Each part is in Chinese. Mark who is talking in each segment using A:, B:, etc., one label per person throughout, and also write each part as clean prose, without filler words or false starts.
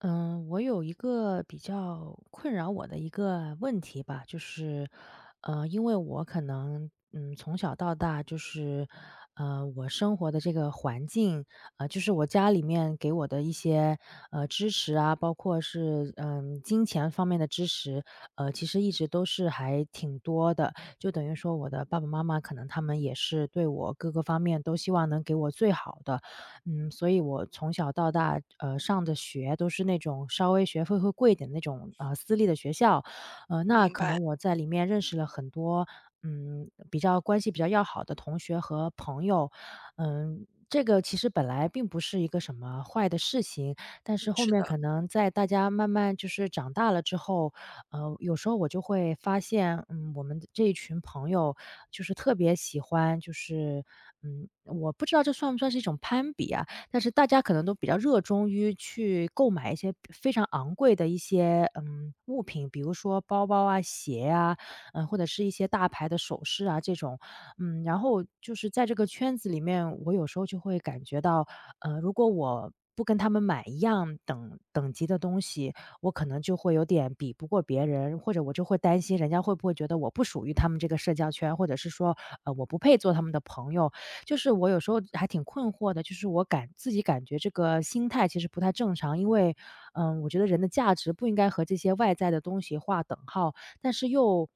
A: 嗯，我有一个比较困扰我的一个问题吧，就是，因为我可能，从小到大就是，我生活的这个环境，就是我家里面给我的一些，支持啊，包括是，金钱方面的支持，其实一直都是还挺多的，就等于说我的爸爸妈妈可能他们也是对我各个方面都希望能给我最好的，所以我从小到大，上的学都是那种稍微学费会贵一点的那种，私立的学校。那
B: 明
A: 可
B: 白。
A: 能我在里面认识了很多，比较关系比较要好的同学和朋友。这个其实本来并不是一个什么坏的事情，但
B: 嗯，
A: 是后
B: 是
A: 面
B: 的。
A: 可能在大家慢慢就是长大了之后，有时候我就会发现，我们这一群朋友就是特别喜欢，就是我不知道这算不算是一种攀比啊，但是大家可能都比较热衷于去购买一些非常昂贵的一些物品，比如说包包啊、鞋啊，或者是一些大牌的首饰啊这种，然后就是在这个圈子里面，我有时候就会感觉到，如果我不跟他们买一样等级的东西，我可能就会有点比不过别人，或者我就会担心人家会不会觉得我不属于他们这个社交圈，或者是说，我不配做他们的朋友。就是我有时候还挺困惑的，就是自己感觉这个心态其实不太正常，因为，我觉得人的价值不应该和这些外在的东西划等号，但是又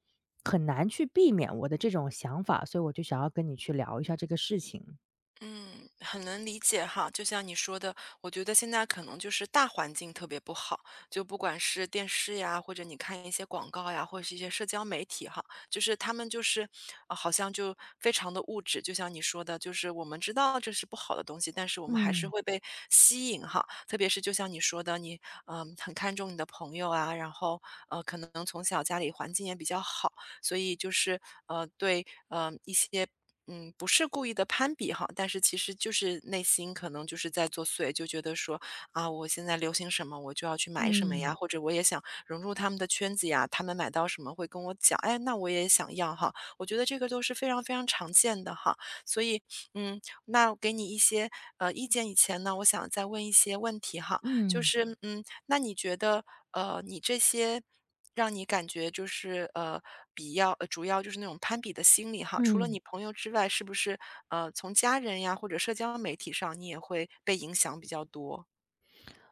A: 很难去避免我的这种想法，所以我就想要跟你去聊一下这个事情。
B: 嗯，很能理解哈。就像你说的，我觉得现在可能就是大环境特别不好，就不管是电视呀，或者你看一些广告呀，或者是一些社交媒体哈，就是他们就是，好像就非常的物质。就像你说的，就是我们知道这是不好的东西，但是我们还是
A: 嗯
B: 会被吸引哈。特别是就像你说的，你很看重你的朋友啊，然后可能从小家里环境也比较好，所以就是一些不是故意的攀比哈，但是其实就是内心可能就是在作祟，就觉得说，啊，我现在流行什么，我就要去买什么
A: 嗯
B: 呀，或者我也想融入他们的圈子呀，他们买到什么会跟我讲，哎，那我也想要哈。我觉得这个都是非常非常常见的哈，所以，嗯，那我给你一些，意见以前呢，我想再问一些问题哈。就
A: 嗯
B: 是，嗯，那你觉得，呃，你这些让你感觉就是，呃，比较主要就是那种攀比的心理哈，除了
A: 嗯。
B: 你朋友之外，是不是，从家人呀或者社交媒体上，你也会被影响比较多？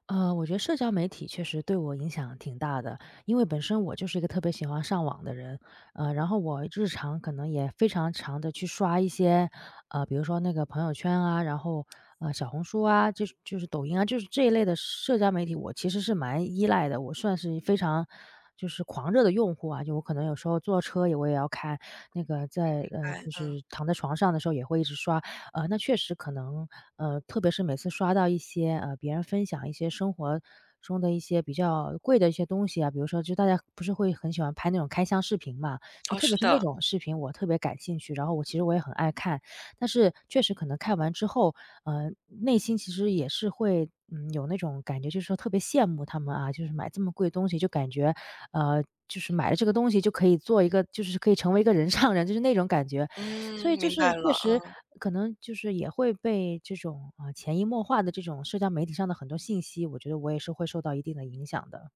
A: 我觉得社交媒体确实对我影响挺大的，因为本身我就是一个特别喜欢上网的人，然后我日常可能也非常常的去刷一些，比如说那个朋友圈啊，然后，小红书啊，就是抖音啊，就是这一类的社交媒体，我其实是蛮依赖的，我算是非常就是狂热的用户啊，就我可能有时候坐车也要看，那个在
B: 哎，
A: 就
B: 嗯。
A: 是躺在床上的时候也会一直刷。那确实可能，特别是每次刷到一些，别人分享一些生活中的一些比较贵的一些东西啊，比如说就大家不是会很喜欢拍那种开箱视频嘛，就
B: 哦，
A: 特别
B: 是
A: 是那
B: 的。
A: 种视频我特别感兴趣，然后我其实我也很爱看，但是确实可能看完之后，内心其实也是会，有那种感觉，就是说特别羡慕他们啊，就是买这么贵的东西，就感觉，就是买了这个东西就可以做一个，就是可以成为一个人上人，就是那种感觉。
B: 嗯，
A: 所以就
B: 明
A: 是
B: 白
A: 确
B: 了，
A: 实
B: 嗯。
A: 可能就是也会被这种，潜移默化的这种社交媒体上的很多信息，我觉得我也是会受到一定的影响的。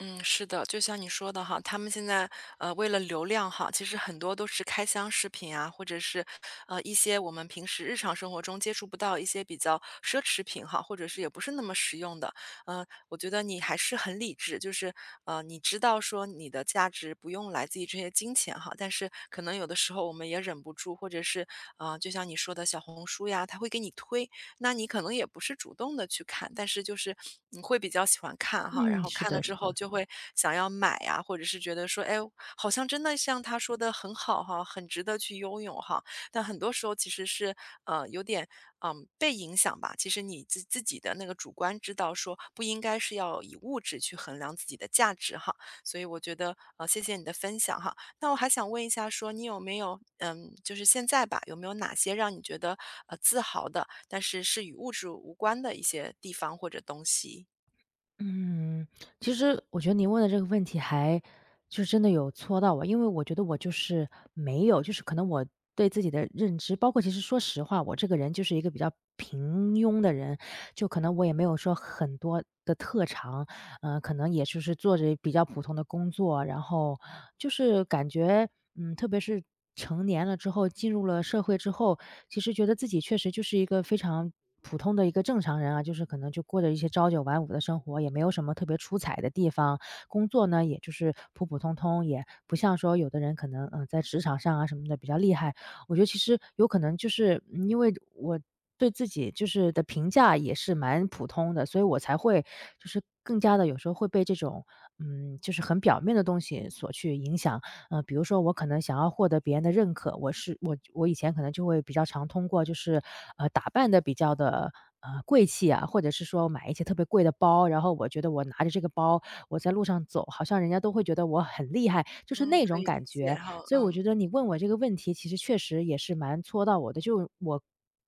B: 嗯，是的，就像你说的哈，他们现在为了流量哈，其实很多都是开箱视频啊，或者是一些我们平时日常生活中接触不到一些比较奢侈品哈，或者是也不是那么实用的。我觉得你还是很理智，就是你知道说你的价值不用来自于这些金钱哈，但是可能有的时候我们也忍不住，或者是就像你说的小红书呀，它会给你推，那你可能也不是主动的去看，但是就是你会比较喜欢看哈，然
A: 嗯，
B: 后
A: 是
B: 看了
A: 的
B: 之
A: 是
B: 后
A: 的。
B: 就会想要买呀，或者是觉得说，哎，好像真的像他说的很好哈，很值得去拥有哈。但很多时候其实是，呃，有点，被影响吧。其实你自己的那个主观知道说不应该是要以物质去衡量自己的价值哈，所以我觉得，谢谢你的分享哈。那我还想问一下说你有没有，嗯，就是现在吧，有没有哪些让你觉得，自豪的，但是是与物质无关的一些地方或者东西？
A: 嗯，其实我觉得您问的这个问题还就真的有戳到我，因为我觉得我就是没有就是可能我对自己的认知，包括其实说实话，我这个人就是一个比较平庸的人，就可能我也没有说很多的特长。可能也就是做着比较普通的工作，然后就是感觉，特别是成年了之后，进入了社会之后，其实觉得自己确实就是一个非常普通的一个正常人啊，就是可能就过着一些朝九晚五的生活，也没有什么特别出彩的地方。工作呢，也就是普普通通，也不像说有的人可能，在职场上啊什么的比较厉害，我觉得其实有可能因为我对自己的评价也是蛮普通的，所以我才会就是更加的有时候会被这种就是很表面的东西所去影响。比如说我可能想要获得别人的认可，我是我我以前可能就会比较常通过就是打扮的比较的。贵气啊，或者是说买一些特别贵的包，然后我觉得我拿着这个包，我在路上走，好像人家都会觉得我很厉害，就是
B: 嗯，
A: 那
B: 可
A: 种
B: 以
A: 感
B: 理解
A: 觉。
B: 哈，
A: 所以我
B: 嗯。
A: 觉得你问我这个问题，其实确实也是蛮戳到我的。就我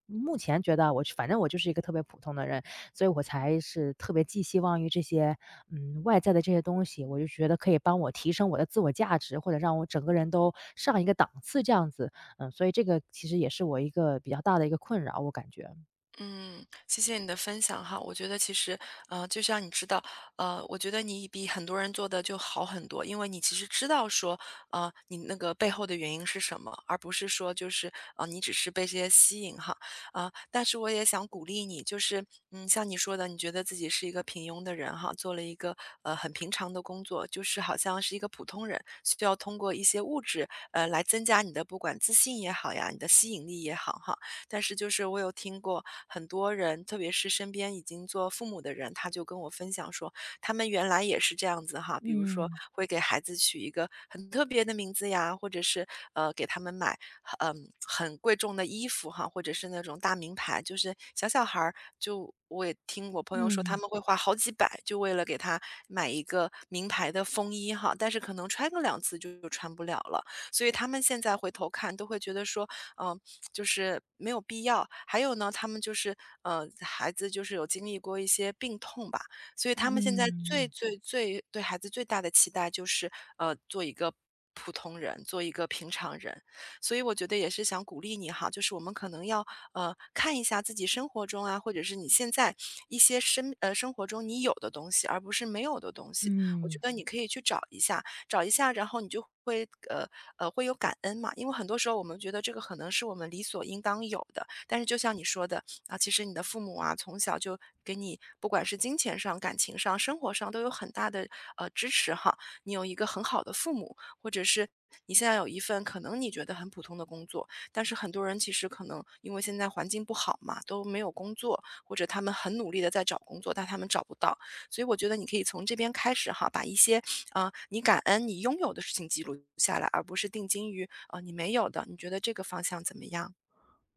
A: 目前觉得我反正我就是一个特别普通的人，所以我才是特别寄希望于这些，外在的这些东西，我就觉得可以帮我提升我的自我价值，或者让我整个人都上一个档次这样子。所以这个其实也是我一个比较大的一个困扰，我感觉。
B: 嗯，谢谢你的分享哈。我觉得其实，就像你知道，我觉得你比很多人做的就好很多，因为你其实知道说，你那个背后的原因是什么，而不是说就是，你只是被这些吸引哈。啊、但是我也想鼓励你，就是，嗯，像你说的，你觉得自己是一个平庸的人哈，做了一个很平常的工作，就是好像是一个普通人，需要通过一些物质，来增加你的不管自信也好呀，你的吸引力也好哈。但是就是我有听过很多人，特别是身边已经做父母的人，他就跟我分享说，他们原来也是这样子哈，比如说
A: 嗯，
B: 会给孩子取一个很特别的名字呀，或者是给他们买很贵重的衣服哈，或者是那种大名牌，就是小小孩儿就。我也听我朋友说，他
A: 嗯，
B: 们会花好几百，就为了给他买一个名牌的风衣哈，但是可能穿个两次就穿不了了。所以他们现在回头看，都会觉得说，嗯、就是没有必要。还有呢，他们就是，孩子就是有经历过一些病痛吧，所以他们现在
A: 嗯，
B: 最
A: 嗯。
B: 最最对孩子最大的期待就是，做一个普通人，做一个平常人。所以我觉得也是想鼓励你哈，就是我们可能要，看一下自己生活中啊，或者是你现在一些生活中你有的东西，而不是没有的东西。我觉
A: 嗯
B: 得你可以去找一下，找一下，然后你就会会有感恩嘛，因为很多时候我们觉得这个可能是我们理所应当有的，但是就像你说的啊，其实你的父母啊从小就给你不管是金钱上、感情上、生活上都有很大的支持哈，你有一个很好的父母，或者是。你现在有一份可能你觉得很普通的工作，但是很多人其实可能因为现在环境不好嘛，都没有工作，或者他们很努力的在找工作，但他们找不到。所以我觉得你可以从这边开始哈，把一些啊、你感恩你拥有的事情记录下来，而不是定睛于啊、你没有的。你觉得这个方向怎么样？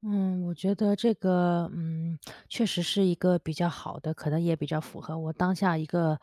A: 嗯，我觉得这个，确实是一个比较好的，可能也比较符合我当下一个，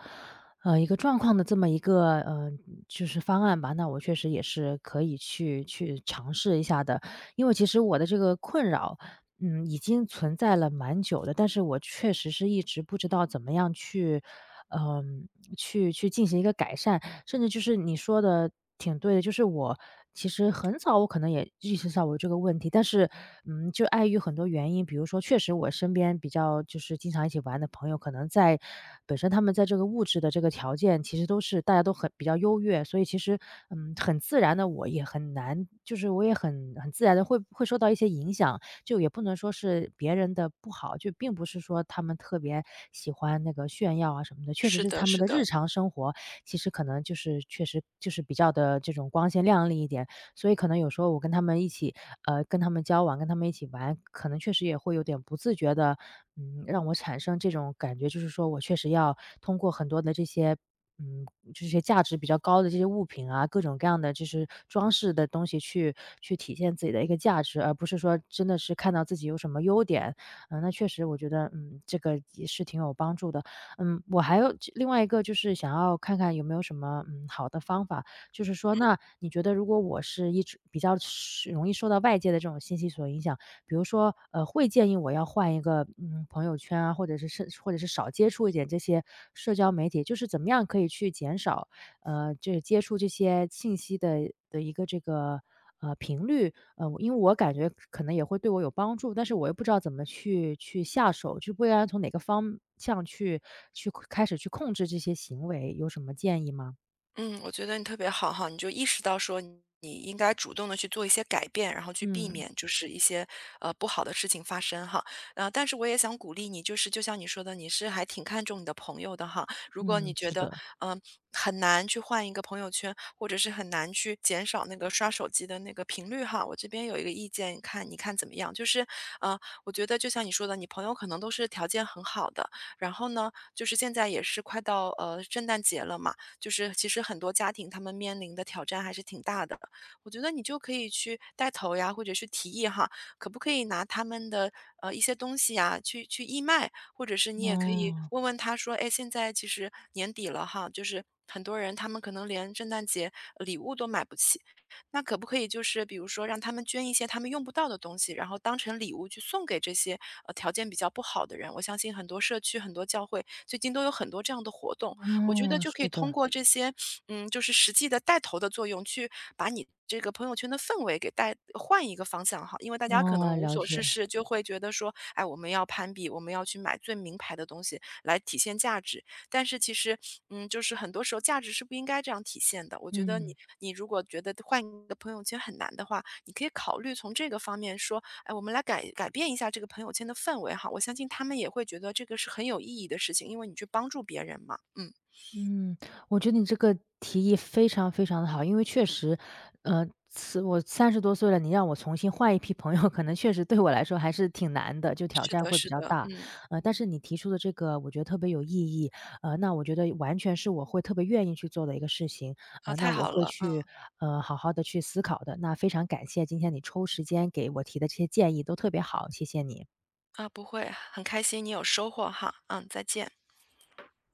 A: 一个状况的这么一个，就是方案吧。那我确实也是可以去尝试一下的，因为其实我的这个困扰，已经存在了蛮久的，但是我确实是一直不知道怎么样去，嗯、去进行一个改善。甚至就是你说的挺对的，就是我其实很早我可能也意识到我这个问题，但是，就碍于很多原因，比如说确实我身边比较就是经常一起玩的朋友，可能在本身他们在这个物质的这个条件其实都是大家都很比较优越，所以其实，很自然的我也很难，就是我也很自然的会受到一些影响，就也不能说是别人的不好，就并不是说他们特别喜欢那个炫耀啊什么的，确实
B: 是
A: 是
B: 的，
A: 他们
B: 是
A: 的
B: 的，
A: 日常生活其实可能就是确实就是比较的这种光鲜亮丽一点。所以可能有时候我跟他们一起跟他们交往，跟他们一起玩，可能确实也会有点不自觉的，让我产生这种感觉，就是说我确实要通过很多的这些嗯，这些价值比较高的这些物品啊，各种各样的就是装饰的东西去体现自己的一个价值，而不是说真的是看到自己有什么优点。那确实我觉得，这个也是挺有帮助的。我还有另外一个就是想要看看有没有什么，好的方法，就是说那你觉得如果我是一直比较是容易受到外界的这种信息所影响，比如说，会建议我要换一个，朋友圈啊，或者是或者是少接触一点这些社交媒体，就是怎么样可以去减少，这接触这些信息的一个这个，频率，我因为我感觉可能也会对我有帮助，但是我又不知道怎么去下手，就不知道从哪个方向去开始去控制这些行为，有什么建议吗？
B: 嗯。我觉得你特别好哈，你就意识到说你应该主动的去做一些改变，然后去避
A: 嗯，
B: 免就是一些不好的事情发生哈。但是我也想鼓励你，就是就像你说的，你是还挺看重你的朋友的哈。如果你
A: 嗯，
B: 觉
A: 是
B: 得
A: 的，
B: 嗯、很难去换一个朋友圈，或者是很难去减少那个刷手机的那个频率哈，我这边有一个意见，看你看怎么样？就是呃，我觉得就像你说的，你朋友可能都是条件很好的。然后呢，就是现在也是快到圣诞节了嘛。就是其实很多家庭他们面临的挑战还是挺大的。我觉得你就可以去带头呀，或者是提议哈，可不可以拿他们的一些东西呀去义卖，或者是你也可以
A: 哦，
B: 问问他说，哎，现在其实年底了哈，就是很多人他们可能连圣诞节礼物都买不起，那可不可以就是比如说让他们捐一些他们用不到的东西，然后当成礼物去送给这些条件比较不好的人？我相信很多社区、很多教会最近都有很多这样的活动，我觉得
A: 哦，
B: 就可
A: 是
B: 以通
A: 的，
B: 过这些，嗯，就是实际的带头的作用，去把你这个朋友圈的氛围给带换一个方向哈。因为大家可
A: 哦，
B: 能无
A: 了
B: 所
A: 解，
B: 事事，就会觉得说，哎，我们要攀比，我们要去买最名牌的东西来体现价值。但是其实，嗯，就是很多时候价值是不应该这样体现的。我觉得你
A: 嗯。
B: 你如果觉得换一个朋友圈很难的话，你可以考虑从这个方面说，哎，我们来改变一下这个朋友圈的氛围哈。我相信他们也会觉得这个是很有意义的事情，因为你去帮助别人嘛。嗯。
A: 嗯，我觉得你这个提议非常非常的好，因为确实，此我30多岁了，你让我重新换一批朋友，可能确实对我来说还是挺难的，就挑
B: 是
A: 战
B: 的，
A: 会比
B: 是
A: 较
B: 的，
A: 大。
B: 嗯。
A: 但是你提出的这个我觉得特别有意义，那我觉得完全是我会特别愿意去做的一个事情，
B: 啊，
A: 那
B: 太
A: 我
B: 好
A: 会
B: 了，嗯。
A: 去，好好的去思考的。那非常感谢今天你抽时间给我提的这些建议，都特别好，谢谢你。
B: 啊，不会，很开心你有收获哈，嗯，再见。